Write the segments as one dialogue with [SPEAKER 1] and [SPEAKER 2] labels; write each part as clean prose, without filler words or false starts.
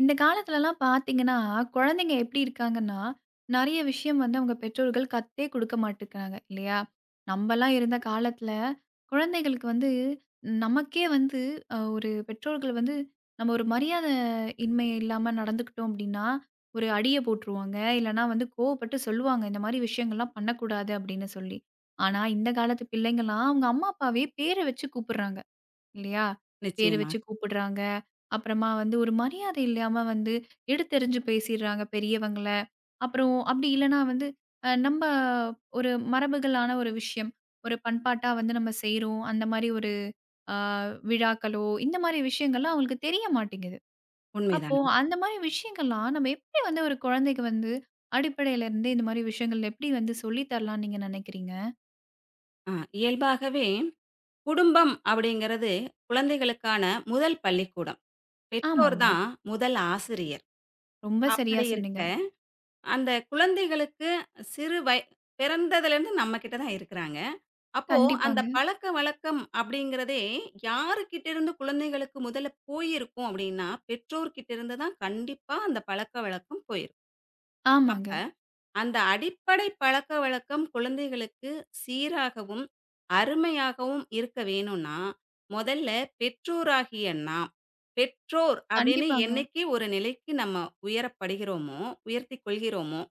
[SPEAKER 1] இந்த காலத்துலலாம் பார்த்தீங்கன்னா, குழந்தைங்க எப்படி இருக்காங்கன்னா, நெறைய விஷயம் வந்து அவங்க பெற்றோர்கள் கத்தே குடுக்க மாட்டுக்கிறாங்க இல்லையா? நம்பலாம் இருந்த காலத்துல, குழந்தைகளுக்கு வந்து நமக்கே வந்து ஒரு பெற்றோர்கள் வந்து நம்ம ஒரு மரியாத இன்மை இல்லாம நடந்துக்கிட்டோம் அப்படின்னா, ஒரு அடிய போட்டுருவாங்க. இல்லன்னா வந்து கோவப்பட்டு சொல்லுவாங்க, இந்த மாரி விஷயங்கள்லாம் பண்ணக்கூடாது அப்படின்னு சொல்லி. ஆனா, இந்த காலத்து பிள்ளைங்கலாம் அவங்க அம்மா, அப்பாவே பேர வச்சு கூப்பிடுறாங்க. இல்லையா? பேரு
[SPEAKER 2] நிச்சயமாக.
[SPEAKER 1] வச்சு கூப்பிடுறாங்க. அப்புறமா வந்து ஒரு மரியாதை இல்லாம வந்து எடுத்தெறிஞ்சு பேசிடுறாங்க பெரியவங்கள. அப்புறம் அப்படி இல்லன்னா வந்து நம்ம ஒரு மரபுகளான ஒரு விஷயம். ஒரு பண்பாட்டா வந்து நம்ம செய்றோம். அந்த மாரி ஒரு அ விழாக்களோ, இந்த மாரி விஷயங்கள்லாம் அவங்களுக்கு தெரிய மாட்டேங்குது. அப்போ
[SPEAKER 2] உண்மைதாங்க.
[SPEAKER 1] அந்த மாரி விஷயங்கள்லாம் நம்ம எப்படி வந்து ஒரு குழந்தைக்கு வந்து அடிப்படையில இருந்தே இந்த மாரி விஷயங்கள் எப்படி வந்து சொல்லி தரலாம்னு நீங்க நினைக்கிறீங்க?
[SPEAKER 2] ஆ இயல்பாகவே குடும்பம் அப்படிங்கிறது குழந்தைகளுக்கான முதல் பள்ளிக்கூடம். பெற்றோர்
[SPEAKER 1] ஆமாங்க.
[SPEAKER 2] தான் முதல் ஆசிரியர்.
[SPEAKER 1] ரொம்ப சரியா
[SPEAKER 2] அப்படி இருக்க,
[SPEAKER 1] சொன்னீங்க.
[SPEAKER 2] அந்த குழந்தைகளுக்கு சிறு வய பிறந்ததிலிருந்து நம்ம கிட்ட தான் இருக்கிறாங்க. அப்போ அந்த
[SPEAKER 1] கண்டிப்பாங்க.
[SPEAKER 2] பழக்கவழக்கம் அப்படிங்கிறதே யாருகிட்டருந்து குழந்தைகளுக்கு முதல்ல போயிருக்கும் அப்படின்னா, பெற்றோர்கிட்டருந்து தான் கண்டிப்பா அந்த பழக்கவழக்கம் போயிருக்கும். அப்ப
[SPEAKER 1] ஆமாங்க.
[SPEAKER 2] அந்த அடிப்படை பழக்கவழக்கம் குழந்தைகளுக்கு சீராகவும், அருமையாகவும் இருக்க வேணும்னா, முதல்ல பெற்றோராகிய நாம், பெற்றோர் அப்படின்னு
[SPEAKER 1] கண்டிப்பாங்க.
[SPEAKER 2] என்னைக்கு ஒரு நிலைக்கு நம்ம உயரப்படுகிறோமோ, உயர்த்திக் கொள்கிறோமோ,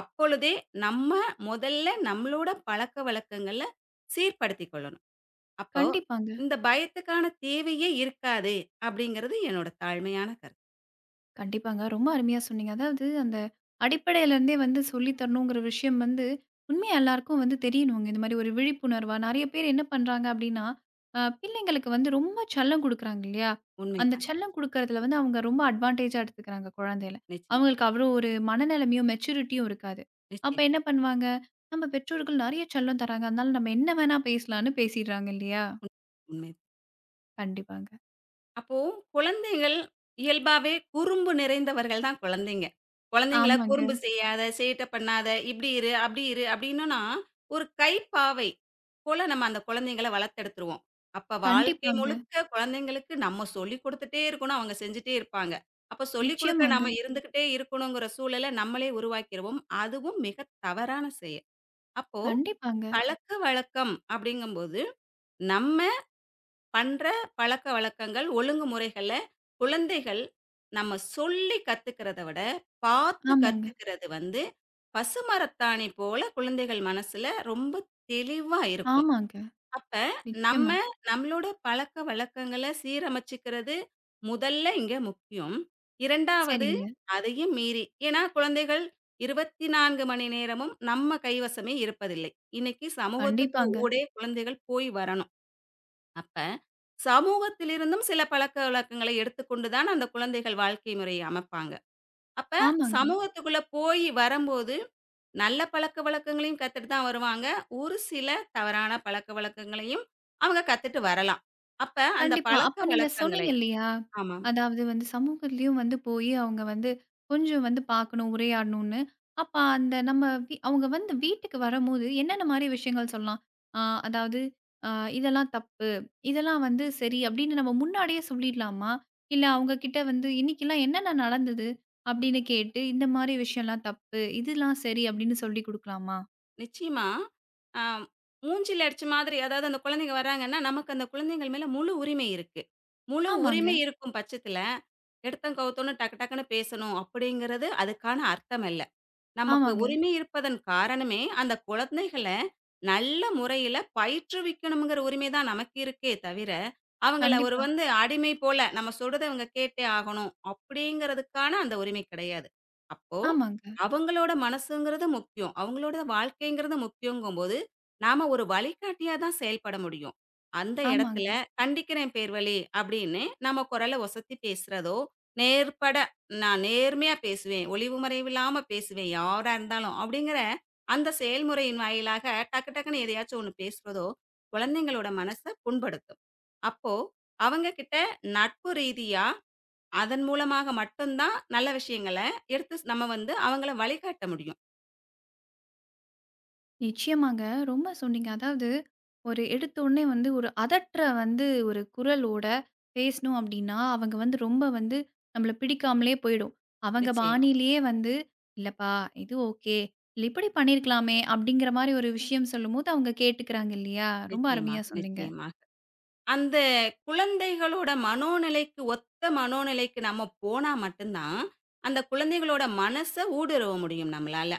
[SPEAKER 2] அப்பொழுதே நம்ம முதல்ல நம்மளோட பழக்கவழக்கங்கள சீர்படுத்திக் கொள்ளணும். அப்போ
[SPEAKER 1] கண்டிப்பாங்க,
[SPEAKER 2] இந்த பயத்துக்கான தேவையே இருக்காது அப்படிங்கிறது என்னோட தாழ்மையான கருத்து.
[SPEAKER 1] கண்டிப்பாங்க. ரொம்ப அருமையா சொன்னீங்க. அதாவது அந்த அடிப்படையிலேருந்தே வந்து சொல்லி தரணுங்கிற விஷயம் வந்து, உண்மையா எல்லாருக்கும் வந்து தெரியணுங்க. இந்த மாரி ஒரு விழிப்புணர்வா நெறைய பேர் என்ன பண்றாங்க அப்டின்னா, பிள்ளைங்களுக்கு வந்து ரொம்ப செல்லம் குடுக்குறாங்க இல்லையா? அந்த
[SPEAKER 2] உண்மைதான்.
[SPEAKER 1] செல்லம் குடுக்குறதுல வந்து அவங்க ரொம்ப அட்வான்டேஜா எடுத்துக்கிறாங்க குழந்தையில.
[SPEAKER 2] நிச்சயமா,
[SPEAKER 1] அவங்களுக்கு அவ்ளோ ஒரு மனநிலைமையும், மெச்சூரிட்டியும் இருக்காது. அப்ப
[SPEAKER 2] நிச்சயம்.
[SPEAKER 1] என்ன பண்ணுவாங்க, நம்ம பெற்றோர்கள் நெறைய செல்லம் தராங்க. அதனால நம்ம என்ன வேணா பேசலான்னு பேசிடுறாங்க இல்லையா?
[SPEAKER 2] உண் உண்மைதான்.
[SPEAKER 1] கண்டிப்பாங்க.
[SPEAKER 2] அப்போ குழந்தைகள் இயல்பாவே குறும்பு நிறைந்தவர்கள் தான் குழந்தைங்க. குழந்தைங்கள
[SPEAKER 1] ஆமாங்க.
[SPEAKER 2] குறும்பு செய்யாத, சேட்டை பண்ணாத, இப்படி இரு, அப்படி இரு அப்படின்னோம்னா, ஒரு கைப்பாவை போல நம்ம அந்த குழந்தைங்கள வளர்த்தெடுத்துருவோம். அப்ப வாழ்க்கை
[SPEAKER 1] கண்டிப்பாங்க.
[SPEAKER 2] முழுக்க குழந்தைங்களுக்கு நம்ம சொல்லிக் குடுத்துட்டே இருக்கணும். அவங்க செஞ்சுட்டே இருப்பாங்க. அப்ப சொல்லிக் குடுக்க
[SPEAKER 1] நிச்சயமாங்க.
[SPEAKER 2] நாம இருந்துகிட்டே இருக்கணுங்கிற சூழல நம்மளே உருவாக்கிருவோம். அதுவும் மிக தவறான செயல். அப்போ
[SPEAKER 1] கண்டிப்பாங்க.
[SPEAKER 2] பழக்கவழக்கம் அப்படிங்கும்போது, நம்ம பண்ற பழக்கவழக்கங்கள், ஒழுங்குமுறைகள குழந்தைகள் நம்ம சொல்லி கத்துக்கிறத விட, பார்த்து
[SPEAKER 1] ஆமாங்க,
[SPEAKER 2] கத்துக்கிறது வந்து பசுமரத்தாணி போல குழந்தைகள் மனசுல ரொம்ப தெளிவா இருக்கும்.
[SPEAKER 1] ஆமாங்க.
[SPEAKER 2] அப்ப நம்ம
[SPEAKER 1] நிச்சயமா.
[SPEAKER 2] நம்மளோட பழக்கவழக்கங்கள சீரமைச்சுக்கிறது முதல்ல இங்க முக்கியம். 2வது
[SPEAKER 1] சரிங்க.
[SPEAKER 2] அதையும் மீறி ஏன்னா குழந்தைகள் 24 மணி நேரமும் நம்ம கைவசமே இருப்பதில்லை. இன்னைக்கு சமூகத்துக்கு
[SPEAKER 1] கண்டிப்பாங்க.
[SPEAKER 2] ஊடே குழந்தைகள் போய் வரணும். அப்ப சமூகத்திலிருந்தும் சில பழக்கவழக்கங்களை எடுத்துக்கொண்டு தான் அந்த குழந்தைகள் வாழ்க்கை முறைய அமைப்பாங்க. அப்ப
[SPEAKER 1] ஆமாங்க.
[SPEAKER 2] சமூகத்துக்குள்ள போய் வரம்போது, நல்ல பழக்கவழக்கங்களையும் கத்துட்டு தான் வருவாங்க. ஒரு சில தவறான பழக்கவழக்கங்களையும் அவங்க கத்துட்டு வரலாம். அப்ப அந்த
[SPEAKER 1] கண்டிப்பா. அப்ப நீங்க
[SPEAKER 2] பழக்கவழக்கங்களை
[SPEAKER 1] சொன்னீங்க இல்லையா?
[SPEAKER 2] ஆமா.
[SPEAKER 1] அதாவது வந்து சமூகத்திலயும் வந்து போயி அவங்க வந்து கொஞ்சம் வந்து பார்க்கணும், உரையாடணும்னு. அப்ப அந்த நம்ம வீ அவங்க வந்து வீட்டுக்கு வரும்போது என்னென்ன மாரி விஷயங்கள் சொல்லலாம்? ஆ அதாவது அ இதெல்லாம் தப்பு. இதெல்லாம் வந்து சரி அப்படின்னு நம்ம முன்னாடியே சொல்லிடலாமா? இல்ல அவங்க கிட்ட வந்து இன்னைக்கெல்லாம் என்னென்ன நடந்தது? அப்படின்னு கேட்டு இந்த மாரி விஷயம்லாம் தப்பு. இதெல்லாம் சரி அப்படின்னு சொல்லிக் குடுக்கலாமா?
[SPEAKER 2] நிச்சயமா அ மூஞ்சில அடிச்ச மாதிரி அதாவது அந்த குழந்தைங்க வர்றாங்கன்னா, நமக்கு அந்த குழந்தைங்கள் மேல முழு உரிமை இருக்கு. முழு
[SPEAKER 1] ஆமாங்க,
[SPEAKER 2] உரிமை இருக்கும் பட்சத்தில, எடுத்தோம் கவுத்தோம்ன்னு டக்கு டக்குன்னு பேசணும் அப்படிங்கிறது அதுக்கான அர்த்தம் அல்ல. நமக்கு
[SPEAKER 1] ஆமாங்க.
[SPEAKER 2] உரிமை இருப்பதன் காரணமே, அந்த குழந்தைகள நல்ல முறையில பயிற்றுவிக்கணுங்கிற உரிமை தான் நமக்கு இருக்கே தவிர, அவங்கள ஒரு
[SPEAKER 1] கண்டிப்பா.
[SPEAKER 2] வந்து அடிமை போல நம்ம சொல்றத இவங்க கேட்டே ஆகணும் அப்படிங்கிறதுக்கான அந்த உரிமை கிடையாது. அப்போ
[SPEAKER 1] ஆமாங்க,
[SPEAKER 2] அவங்களோட மனசுங்கிறது முக்கியம். அவங்களோட வாழ்க்கைங்கிறது முக்கியங்கும்போது, நாம ஒரு வழிகாட்டியா தான் செயல்பட முடியும். அந்த இடத்துல
[SPEAKER 1] ஆமாங்க.
[SPEAKER 2] "கண்டிக்கிறேன் பேர்வழி" அப்படின்னு நம்ம குரல ஒசத்தி பேசுறதோ, நேர்பட நான் நேர்மையா பேசுவேன். ஒளிவு மறைவில்லாம பேசுவேன் யாரா இருந்தாலும். அப்படிங்கிற அந்த செயல்முறையின் வாயிலாக டக்கு டக்குன்னு எதையாச்சும் ஒண்ணு பேசுறதோ, குழந்தைங்களோட மனச புண்படுத்தும். அப்போ அவங்க கிட்ட நட்பு ரீதியா, அதன் மூலமாக மட்டும் தான் நல்ல விஷயங்கள எடுத்து நம்ம வந்து அவங்கள வழிகாட்ட முடியும்.
[SPEAKER 1] நிச்சயமாங்க. ரொம்ப சொன்னீங்க. அதாவது ஒரு எடுத்தோனே வந்து ஒரு அதட்ற வந்து ஒரு குரலோட பேசினோம் அப்டின்னா, அவங்க வந்து ரொம்ப வந்து நம்மள பிடிக்காமலே போயிடும். அவங்க
[SPEAKER 2] நிச்சயமா,
[SPEAKER 1] பாணியிலேயே வந்து, "இல்லப்பா இது ஓகே. இல்ல இப்படி பண்ணியிருக்கலாமே" அப்படிங்கிற மாரி ஒரு விஷயம் சொல்லும்போது அவங்க கேட்டுக்கிறாங்க இல்லையா? ரொம்ப
[SPEAKER 2] நிச்சயமா,
[SPEAKER 1] அருமையா சொன்னீங்க.
[SPEAKER 2] நிச்சயமா. அந்த குழந்தைகளோட மனோநிலைக்கு ஒத்த மனோநிலைக்கு நம்ம போனா மட்டும் தான், அந்த குழந்தைகளோட மனச ஊடுருவ முடியும் நம்மளால.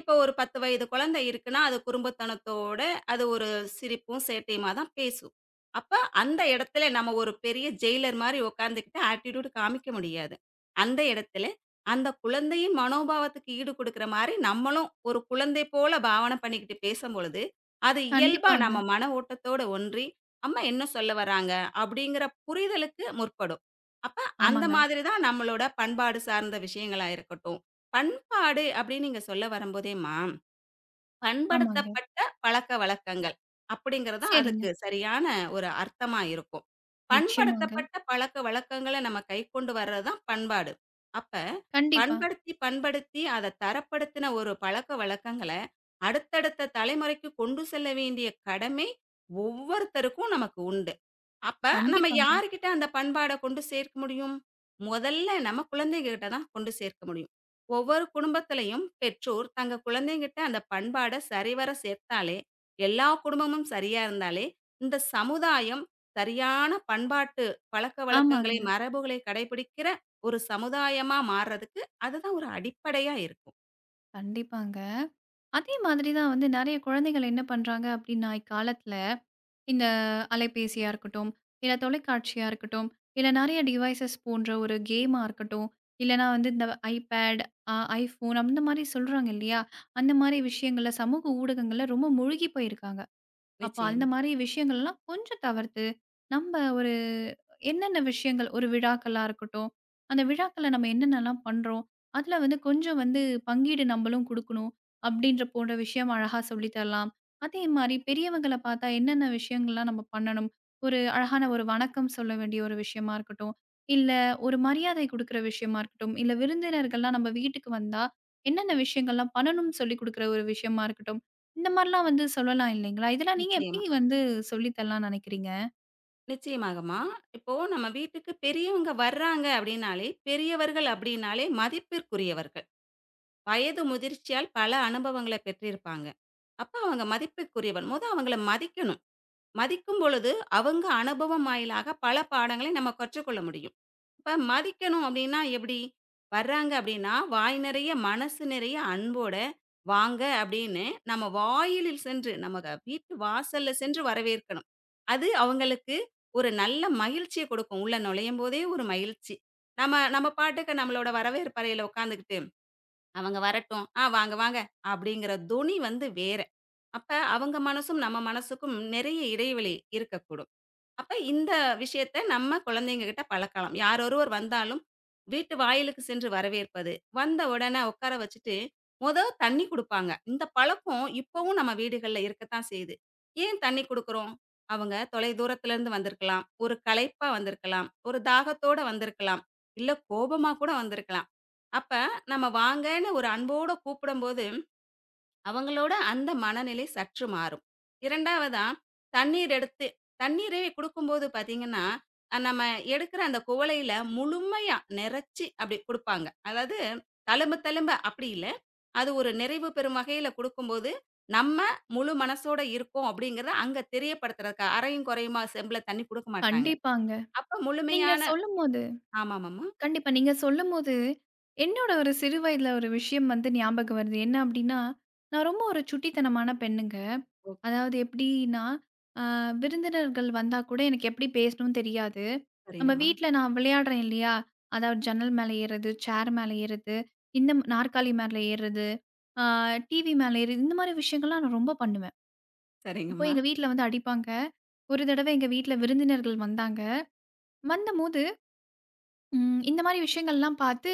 [SPEAKER 2] இப்போ ஒரு 10 வயது குழந்தை இருக்குன்னா, அது குறும்புத்தனத்தோட, அது ஒரு சிரிப்பும் சேட்டையுமா தான் பேசும். அப்ப அந்த இடத்துல நம்ம ஒரு பெரிய ஜெயிலர் மாரி உட்காந்துக்கிட்டு ஆட்டிட்யூட் காமிக்க முடியாது. அந்த இடத்துல, அந்த குழந்தையின் மனோபாவத்துக்கு ஈடு குடுக்குற மாரி நம்மளும் ஒரு குழந்தை போல பாவனை பண்ணிக்கிட்டு பேசும்பொழுது, அது இயல்பா
[SPEAKER 1] கண்டிப்பாங்க.
[SPEAKER 2] நம்ம மன ஓட்டத்தோட ஒன்றி அம்மா என்ன சொல்ல வராங்க அப்படிங்கிற புரிதலுக்கு முற்படும். அப்ப அந்த
[SPEAKER 1] ஆமாங்க,
[SPEAKER 2] மாதிரி தான் நம்மளோட பண்பாடு சார்ந்த விஷயங்களா இருக்கட்டும். பண்பாடு அப்படின்னு நீங்க சொல்ல வரும்போதேம்மா,
[SPEAKER 1] ஆமாங்க.
[SPEAKER 2] பண்படுத்தப்பட்ட பழக்கவழக்கங்கள் அப்படிங்கிறது தான்
[SPEAKER 1] சரிங்க.
[SPEAKER 2] அதுக்கு சரியான ஒரு அர்த்தமா இருக்கும்.
[SPEAKER 1] நிச்சயமாங்க.
[SPEAKER 2] பண்படுத்தப்பட்ட பழக்கவழக்கங்கள நம்ம கைக்கொண்டு வர்றது தான் பண்பாடு. அப்ப
[SPEAKER 1] கண்டிப்பா,
[SPEAKER 2] பண்படுத்தி, பண்படுத்தி அத தரப்படுத்தின ஒரு பழக்கவழக்கங்கள அடுத்தடுத்த தலைமுறைக்கு கொண்டு செல்ல வேண்டிய கடமை ஒவ்வொருத்தருக்கும் நமக்கு உண்டு. அப்ப நம்ம
[SPEAKER 1] கண்டிப்பாங்க.
[SPEAKER 2] யார்கிட்ட அந்த பண்பாட கொண்டு சேர்க்க முடியும்? முதல்ல நம்ம குழந்தைங்ககிட்ட தான் கொண்டு சேர்க்க முடியும். ஒவ்வொரு குடும்பத்திலயும் பெற்றோர் தங்க குழந்தைங்கிட்ட அந்த பண்பாட சரிவர சேர்த்தாலே, எல்லா குடும்பமும் சரியா இருந்தாலே, இந்த சமுதாயம் சரியான பண்பாட்டு பழக்கவழக்கங்களை,
[SPEAKER 1] ஆமாங்க.
[SPEAKER 2] மரபுகளை கடைபிடிக்கிற ஒரு சமுதாயமா மாறுறதுக்கு அதுதான் ஒரு அடிப்படையா இருக்கும்.
[SPEAKER 1] கண்டிப்பாங்க. அதே மாதிரி தான் வந்து நெறைய குழந்தைகள் என்ன பண்றாங்க அப்டின்னா, இக்காலத்துல இந்த அலைபேசியா இருக்கட்டும், இல்ல தொலைக்காட்சியா இருக்கட்டும், இல்ல நெறைய டிவைசஸ் போன்ற ஒரு கேமா இருக்கட்டும், இல்லனா வந்து இந்த iPad, அ iPhone அந்த மாரி சொல்றாங்க இல்லையா? அந்த மாரி விஷயங்கள்ல சமூக ஊடகங்கள்ல ரொம்ப மூழ்கி போயிருக்காங்க. அப்ப அந்த
[SPEAKER 2] நிச்சயமா,
[SPEAKER 1] மாரி விஷயங்கள்லாம் கொஞ்சம் தவிர்த்து, நம்ப ஒரு என்னென்ன விஷயங்கள் ஒரு விழாக்களா இருக்கட்டும், அந்த விழாக்கள்ல நம்ம என்னென்னலாம் பண்றோம், அதுல வந்து கொஞ்சம் வந்து பங்கீடு நம்பளும் குடுக்கணும், அப்படின்ற போன்ற விஷயம் அழகா சொல்லி தரலாம். அதே மாரி பெரியவங்கள பாத்தா என்னென்ன விஷயங்கள்லாம் நம்ம பண்ணணும், ஒரு அழகான ஒரு வணக்கம் சொல்ல வேண்டிய ஒரு விஷயமா இருக்கட்டும், இல்ல ஒரு மரியாதை குடுக்குற விஷயமா இருக்கட்டும், இல்ல விருந்தினர்கள்லாம் நம்ம வீட்டுக்கு வந்தா, என்னென்ன விஷயங்கள்லாம் பண்ணணும்னு சொல்லிக் குடுக்குற ஒரு விஷயமா இருக்கட்டும். இந்த மாரிலாம் வந்து சொல்லலாம் இல்லைங்களா? இதெல்லாம் நீங்க
[SPEAKER 2] நிச்சயமா.
[SPEAKER 1] எப்படி வந்து சொல்லி தரலாம்ன்னு நெனைக்கிறீங்க?
[SPEAKER 2] நிச்சயமாகம்மா. இப்போ நம்ம வீட்டுக்கு பெரியவங்க வர்றாங்க அப்படின்னாலே, பெரியவர்கள் அப்படின்னாலே மதிப்பிற்குரியவர்கள். வயது முதிர்ச்சியால் பல அனுபவங்கள பெற்றிருப்பாங்க. அப்ப அவங்க மதிப்பிற்குரியவன். மொத அவங்கள மதிக்கணும். மதிக்கும் பொழுது, அவங்க அனுபவம் வாயிலாக பல பாடங்களை நம்ம கற்றுக்கொள்ள முடியும். இப்ப மதிக்கணும் அப்படின்னா எப்படி? வர்றாங்க அப்படின்னா, வாய் நிறைய, மனசு நிறைய அன்போட "வாங்க" அப்படின்னு நம்ம வாயிலில் சென்று, நம்ம வீட்டு வாசல்ல சென்று வரவேற்கணும். அது அவங்களுக்கு ஒரு நல்ல மகிழ்ச்சிய கொடுக்கும். உள்ள நுழையும்போதே ஒரு மகிழ்ச்சி. நம்ம நம்ம பாட்டுக்கு நம்மளோட வரவேற்பறையில உட்காந்துக்கிட்டு, "அவங்க வரட்டும். ஆ வாங்க, வாங்க" அப்படிங்கிற தொனி வந்து வேற. அப்ப அவங்க மனசும், நம்ம மனசுக்கும் நிறைய இடைவெளி இருக்கக்கூடும். அப்ப இந்த விஷயத்த நம்ம குழந்தைங்ககிட்ட பழக்கலாம். யார் ஒருவர் வந்தாலும், வீட்டு வாயிலுக்கு சென்று வரவேற்பது, வந்த உடனே உட்கார வச்சுட்டு, மொத தண்ணி குடுப்பாங்க. இந்த பழக்கம் இப்பவும் நம்ம வீடுகள்ல இருக்கத்தான் செய்யுது. ஏன் தண்ணி குடுக்குறோம்? அவங்க தொலைதூரத்துல இருந்து வந்திருக்கலாம், ஒரு களைப்பா வந்திருக்கலாம், ஒரு தாகத்தோட வந்திருக்கலாம், இல்ல கோபமா கூட வந்திருக்கலாம். அப்ப நம்ம வாங்கன்னு ஒரு அன்போட கூப்பிடும்போது அவங்களோட அந்த மனநிலை சற்று மாறும். 2வதா தண்ணீர் எடுத்து தண்ணீரே குடுக்கும்போது பார்த்தீங்கன்னா, நம்ம எடுக்கிற அந்த குவளையில முழுமையா நெறச்சி அப்படி குடுப்பாங்க. அதாவது தழும்ப தழும்ப அப்படி இல்ல. அது ஒரு நிறைவு பெறும் வகையில குடுக்கும்போது, நம்ம முழு மனசோட இருக்கோம் அப்படிங்கிறத அங்க தெரியப்படுத்துறதுக்கா அறையும் குறையுமா செம்புல தண்ணி குடுக்க மாட்டாங்க.
[SPEAKER 1] கண்டிப்பாங்க.
[SPEAKER 2] அப்ப
[SPEAKER 1] நீங்க
[SPEAKER 2] முழுமையான
[SPEAKER 1] சொல்லும்போது
[SPEAKER 2] ஆமாமாம்மா.
[SPEAKER 1] கண்டிப்பா. நீங்க சொல்லும்போது, என்னோட ஒரு சிறு வயதில ஒரு விஷயம் வந்து ஞாபகம் வருது. என்ன அப்படின்னா, நான் ரொம்ப ஒரு சுட்டித்தனமான பெண்ணுங்க.
[SPEAKER 2] ஓ!
[SPEAKER 1] அதாவது எப்படின்னா, அ விருந்தினர்கள் வந்தா கூட எனக்கு எப்படி பேசணும்னு தெரியாது. நம்ம
[SPEAKER 2] சரிங்கம்மா,
[SPEAKER 1] வீட்ல நான் விளையாடுறேன் இல்லையா? அதாவது ஜன்னல் மேல ஏறுறது, சேர் மேல ஏறுறது, இந்த நாற்காலி மேல ஏறுறது, அ டிவி மேல ஏறுறது, இந்த மாரி விஷயங்கள்லாம் நான் ரொம்ப பண்ணுவேன். அப்போ
[SPEAKER 2] சரிங்கம்மா,
[SPEAKER 1] எங்க வீட்ல வந்து அடிப்பாங்க. ஒரு தடவ எங்க வீட்ல விருந்தினர்கள் வந்தாங்க. வந்தபோது இந்த மாரி விஷயங்கள்லாம் பார்த்து,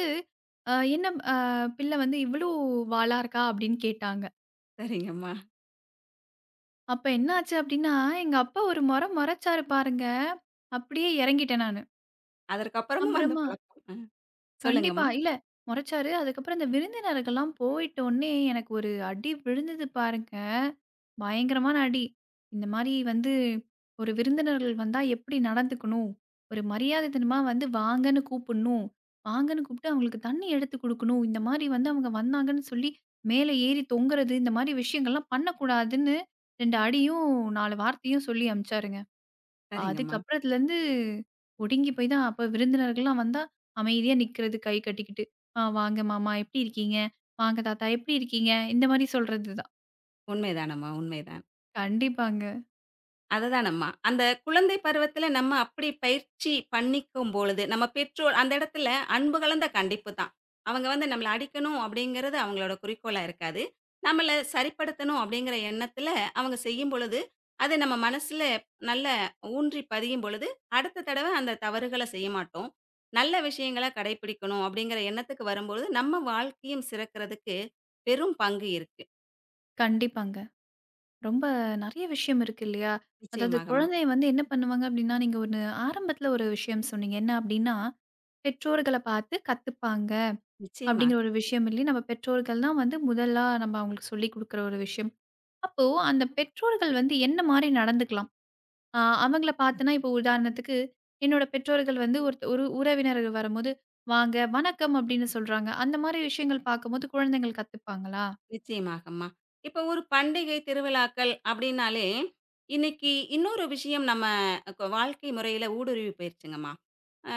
[SPEAKER 1] "என்ன பிள்ளை வந்து இவ்ளோ வாலா இருக்கா?" அப்படின்னு கேட்டாங்க.
[SPEAKER 2] சரிங்கம்மா.
[SPEAKER 1] அப்ப என்ன ஆச்சு அப்படின்னா, எங்க அப்பா ஒரு முறை முறைச்சாரு பாருங்க, அப்படியே இறங்கிட்டேன் நானு.
[SPEAKER 2] அதற்கப்புறமும் அந்த
[SPEAKER 1] அப்புறமா
[SPEAKER 2] பழக்கம்.
[SPEAKER 1] கண்டிப்பா.
[SPEAKER 2] சொல்லுங்கம்மா.
[SPEAKER 1] இல்ல மொறச்சாரு. அதுக்கப்புறம் இந்த விருந்தினர்கள்லாம் போயிட்டோனே, எனக்கு ஒரு அடி விழுந்தது பாருங்க. பயங்கரமான அடி. இந்த மாரி வந்து ஒரு விருந்தினர்கள் வந்தா எப்படி நடந்துக்கணும்? ஒரு மரியாதை தனமா வந்து வாங்கன்னு கூப்புட்ணும். வாங்கன்னு கூப்ட்டு அவங்களுக்கு தண்ணி எடுத்து குடுக்கணும். இந்த மாரி வந்து அவங்க வந்தாங்கன்னு சொல்லி மேல ஏறி தொங்குறது, இந்த மாரி விஷயங்கள்லாம் பண்ணக்கூடாதுன்னு 2 அடியும் 4 வார்த்தையும் சொல்லி அனுப்பிச்சாருங்க.
[SPEAKER 2] சரிங்கம்மா.
[SPEAKER 1] அதுக்கப்புறம் அதுலேருந்து ஒடுங்கி போய் தான் அப்ப விருந்தினர்கள்லாம் வந்தா அமைதியா நிக்கிறது கை கட்டிக்கிட்டு. "ஆ வாங்க மாமா எப்படி இருக்கீங்க? வாங்க தாத்தா எப்படி இருக்கீங்க?" இந்த மாரி சொல்றது தான்.
[SPEAKER 2] உண்மைதானம்மா, உண்மைதான்.
[SPEAKER 1] கண்டிப்பாங்க,
[SPEAKER 2] அதுதானம்மா. அந்த குழந்தை பருவத்தில நம்ம அப்படி பயிற்சி பண்ணிக்கும் பொழுது, நம்ம பெற்றோர் அந்த இடத்துல அன்பு கலந்த கண்டிப்பு தான். அவங்க வந்து நம்மள அடிக்கணும் அப்படிங்கிறது அவங்களோட குறிக்கோளா இருக்காது. நம்மள சரிப்படுத்தணும் அப்படிங்கிற எண்ணத்தில அவங்க செய்யும்பொழுது, அது நம்ம மனசுல நல்ல ஊன்றி பதியும் பொழுது, அடுத்த தடவ அந்த தவறுகள செய்ய மாட்டோம். நல்ல விஷயங்கள கடைப்பிடிக்கணும் அப்படிங்கிற எண்ணத்துக்கு வரும்பொழுது, நம்ம வாழ்க்கையும் சிறக்கிறதுக்கு பெரும் பங்கு இருக்கு.
[SPEAKER 1] கண்டிப்பாங்க. ரொம்ப நெறைய விஷயம் இருக்கு இல்லையா? அதாவது
[SPEAKER 2] நிச்சயமாகம்மா.
[SPEAKER 1] குழந்தை வந்து என்ன பண்ணுவாங்க அப்படின்னா, நீங்க ஒண்ணு ஆரம்பத்துல ஒரு விஷயம் சொன்னீங்க. என்ன அப்படின்னா, பெற்றோர்கள பார்த்து கத்துப்பாங்க
[SPEAKER 2] நிச்சயமா.
[SPEAKER 1] அப்படிங்கிற ஒரு விஷயம் இல்ல. நம்ம பெற்றோர்கள் தான் வந்து முதலா நம்ம அவங்களுக்கு சொல்லிக் குடுக்குற ஒரு விஷயம். அப்போ அந்த பெற்றோர்கள் வந்து என்ன மாரி நடந்துக்கலாம்? அவங்கள பார்த்தேன்னா, இப்போ உதாரணத்துக்கு, என்னோட பெற்றோர்கள் வந்து ஒருத் ஒரு உறவினர்கள் வரும்போது, "வாங்க, வணக்கம்" அப்படின்னு சொல்றாங்க. அந்த மாரி விஷயங்கள் பார்க்கும்போது குழந்தைகள் கத்துப்பாங்களா?
[SPEAKER 2] நிச்சயமாகம்மா. இப்ப ஒரு பண்டிகை, திருவிழாக்கள் அப்படின்னாலே, இன்னைக்கு இன்னொரு விஷயம் நம்ம வாழ்க்கை முறையில ஊடுருவி போயிருச்சுங்கம்மா. அ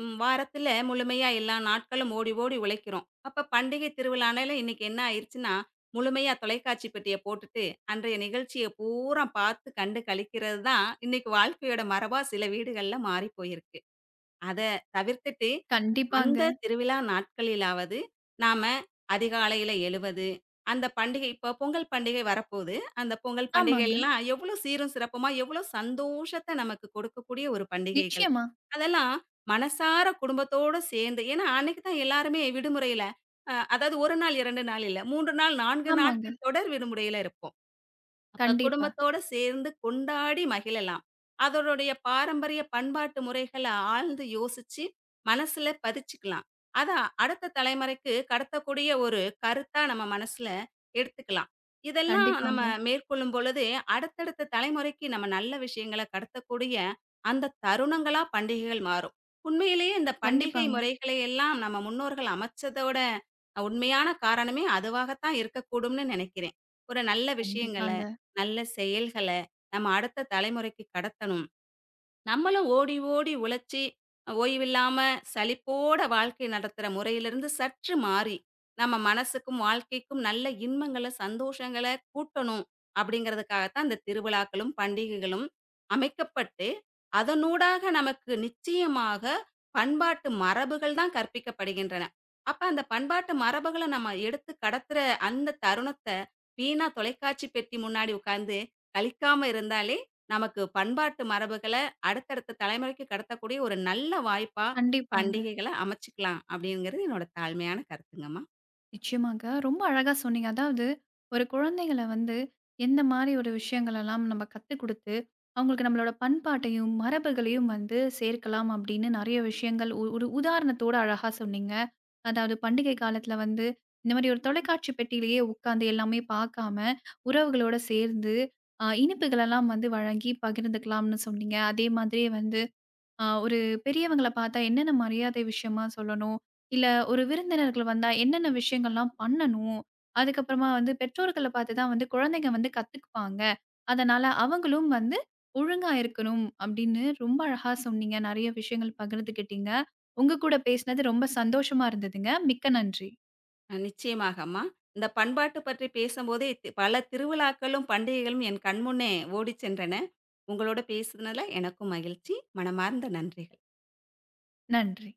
[SPEAKER 2] ம் வாரத்தில முழுமையா எல்லா நாட்களும் ஓடி ஓடி உழைக்கிறோம். அப்ப பண்டிகை திருவிழானால இன்னைக்கு என்ன ஆயிருச்சுன்னா, முழுமையா தொலைக்காட்சி பெட்டிய போட்டுட்டு, அன்றைய நிகழ்ச்சிய பூரா பார்த்து கண்டு களிக்கிறது தான், இன்னைக்கு வாழ்க்கையோட மரபா சில வீடுகள்ல மாறி போயிருக்கு. அத தவிர்த்துட்டு
[SPEAKER 1] கண்டிப்பாங்க.
[SPEAKER 2] அந்த திருவிழா நாட்களிலாவது, நாம அதிகாலையில எழுவது, அந்த பண்டிகை இப்போ பொங்கல் பண்டிகை வரப்போது. அந்த பொங்கல்
[SPEAKER 1] ஆமாங்க.
[SPEAKER 2] பண்டிகைலாம் எவ்வளோ சீரும் சிறப்புமா, எவ்வளோ சந்தோஷத்த நமக்கு கொடுக்கக்கூடிய ஒரு பண்டிகைகள்.
[SPEAKER 1] நிச்சயமா.
[SPEAKER 2] அதெல்லாம் மனசார குடும்பத்தோட சேர்ந்து ஏன்னா அன்னைக்கு தான் எல்லாருமே விடுமுறையில அதாவது 1 நாள், 2 நாள் இல்ல. 3 நாள், 4
[SPEAKER 1] ஆமாங்க.
[SPEAKER 2] நாட்கள் தொடர் விடுமுறையில இருப்போம். அப்ப
[SPEAKER 1] கண்டிப்பா.
[SPEAKER 2] குடும்பத்தோட சேர்ந்து கொண்டாடி மகிழலாம். அதனுடைய பாரம்பரிய பண்பாட்டு முறைகள ஆழ்ந்து யோசிச்சு, மனசுல பதிச்சுக்கலாம். அத அடுத்த தலைமுறைக்கு கடத்தக்கூடிய ஒரு கருத்தா நம்ம மனசுல எடுத்துக்கலாம். இதெல்லாம் நம்ம
[SPEAKER 1] கண்டிப்பாங்க.
[SPEAKER 2] மேற்கொள்ளும் பொழுது, அடுத்தடுத்த தலைமுறைக்கு நம்ம நல்ல விஷயங்கள கடத்தக்கூடிய அந்த தருணங்களா பண்டிகைகள் மாறும். உண்மையிலேயே இந்த பண்டிகை
[SPEAKER 1] கண்டிப்பாங்க.
[SPEAKER 2] முறைகளை எல்லாம் நம்ம முன்னோர்கள் அமைச்சதோட உண்மையான காரணமே அதுவாகத்தான் இருக்கக்கூடும்னு நினைக்கிறேன். ஒரு நல்ல விஷயங்கள
[SPEAKER 1] கண்டிப்பாங்க.
[SPEAKER 2] நல்ல செயல்கள நம்ம அடுத்த தலைமுறைக்கு கடத்தணும். நம்மளும் ஓடி ஓடி உழைச்சு, ஓய்வில்லாம சலிப்போட வாழ்க்கை நடத்துற முறையிலிருந்து சற்று மாறி, நம்ம மனசுக்கும், வாழ்க்கைக்கும் நல்ல இன்பங்கள, சந்தோஷங்கள கூட்டணும் அப்படிங்கிறதுக்காகத்தான் இந்த திருவிழாக்களும், பண்டிகைகளும் அமைக்கப்பட்டு, அதனூடாக நமக்கு நிச்சயமாக பண்பாட்டு மரபுகள் தான் கற்பிக்கப்படுகின்றன. அப்ப அந்த பண்பாட்டு மரபுகள நம்ம எடுத்து கடத்துற அந்த தருணத்த, வீணா தொலைக்காட்சி பெட்டி முன்னாடி உட்கார்ந்து கழிக்காம இருந்தாலே, நமக்கு பண்பாட்டு மரபுகள அடுத்தடுத்த தலைமுறைக்கு கடத்தக்கூடிய ஒரு நல்ல வாய்ப்பா
[SPEAKER 1] கண்டிப்பாங்க.
[SPEAKER 2] பண்டிகைகள அமைச்சுக்கலாம் அப்படிங்கிறது என்னோட தாழ்மையான கருத்துங்கம்மா.
[SPEAKER 1] நிச்சயமாங்க. ரொம்ப அழகா சொன்னீங்க. அதாவது ஒரு குழந்தைகள வந்து எந்த மாரி ஒரு விஷயங்களெல்லாம் நம்ம கத்துக் குடுத்து, அவங்களுக்கு நம்மளோட பண்பாட்டையும், மரபுகளையும் வந்து சேர்க்கலாம் அப்படின்னு நெறைய விஷயங்கள் ஒ ஒரு உதாரணத்தோட அழகா சொன்னீங்க. அதாவது பண்டிகை காலத்துல வந்து இந்த மாரி ஒரு தொலைக்காட்சி பெட்டியிலேயே உட்காந்து எல்லாமே பார்க்காம, உறவுகளோட சேர்ந்து இனிப்புகளெல்லாம் வந்து வழங்கி பகிர்ந்துக்கலாம்னு சொன்னீங்க. அதே மாதிரியே வந்து ஒரு பெரியவங்கள பார்த்தா என்னென்ன மரியாதை விஷயமா சொல்லணும்? இல்ல ஒரு விருந்தினர்கள் வந்தா என்னென்ன விஷயங்கள்லாம் பண்ணணும்? அதுக்கப்புறமா வந்து பெற்றோர்கள பார்த்து தான் வந்து குழந்தைங்க வந்து கத்துக்குப்பாங்க. அதனால அவங்களும் வந்து ஒழுங்கா இருக்கணும் அப்படின்னு ரொம்ப அழகா சொன்னீங்க. நெறைய விஷயங்கள் பகிர்ந்துக்கிட்டீங்க. உங்க கூட பேசினது ரொம்ப சந்தோஷமா இருந்ததுங்க. மிக்க நன்றி.
[SPEAKER 2] நிச்சயமாகம்மா. இந்த பண்பாட்டு பற்றி பேசும்போதே பல திருவிழாக்களும், பண்டிகைகளும் என் கண்முன்னே ஓடிச் சென்றன. உங்களோட பேசுனதுல எனக்கும் மகிழ்ச்சி. மனமார்ந்த நன்றிகள்.
[SPEAKER 1] நன்றி.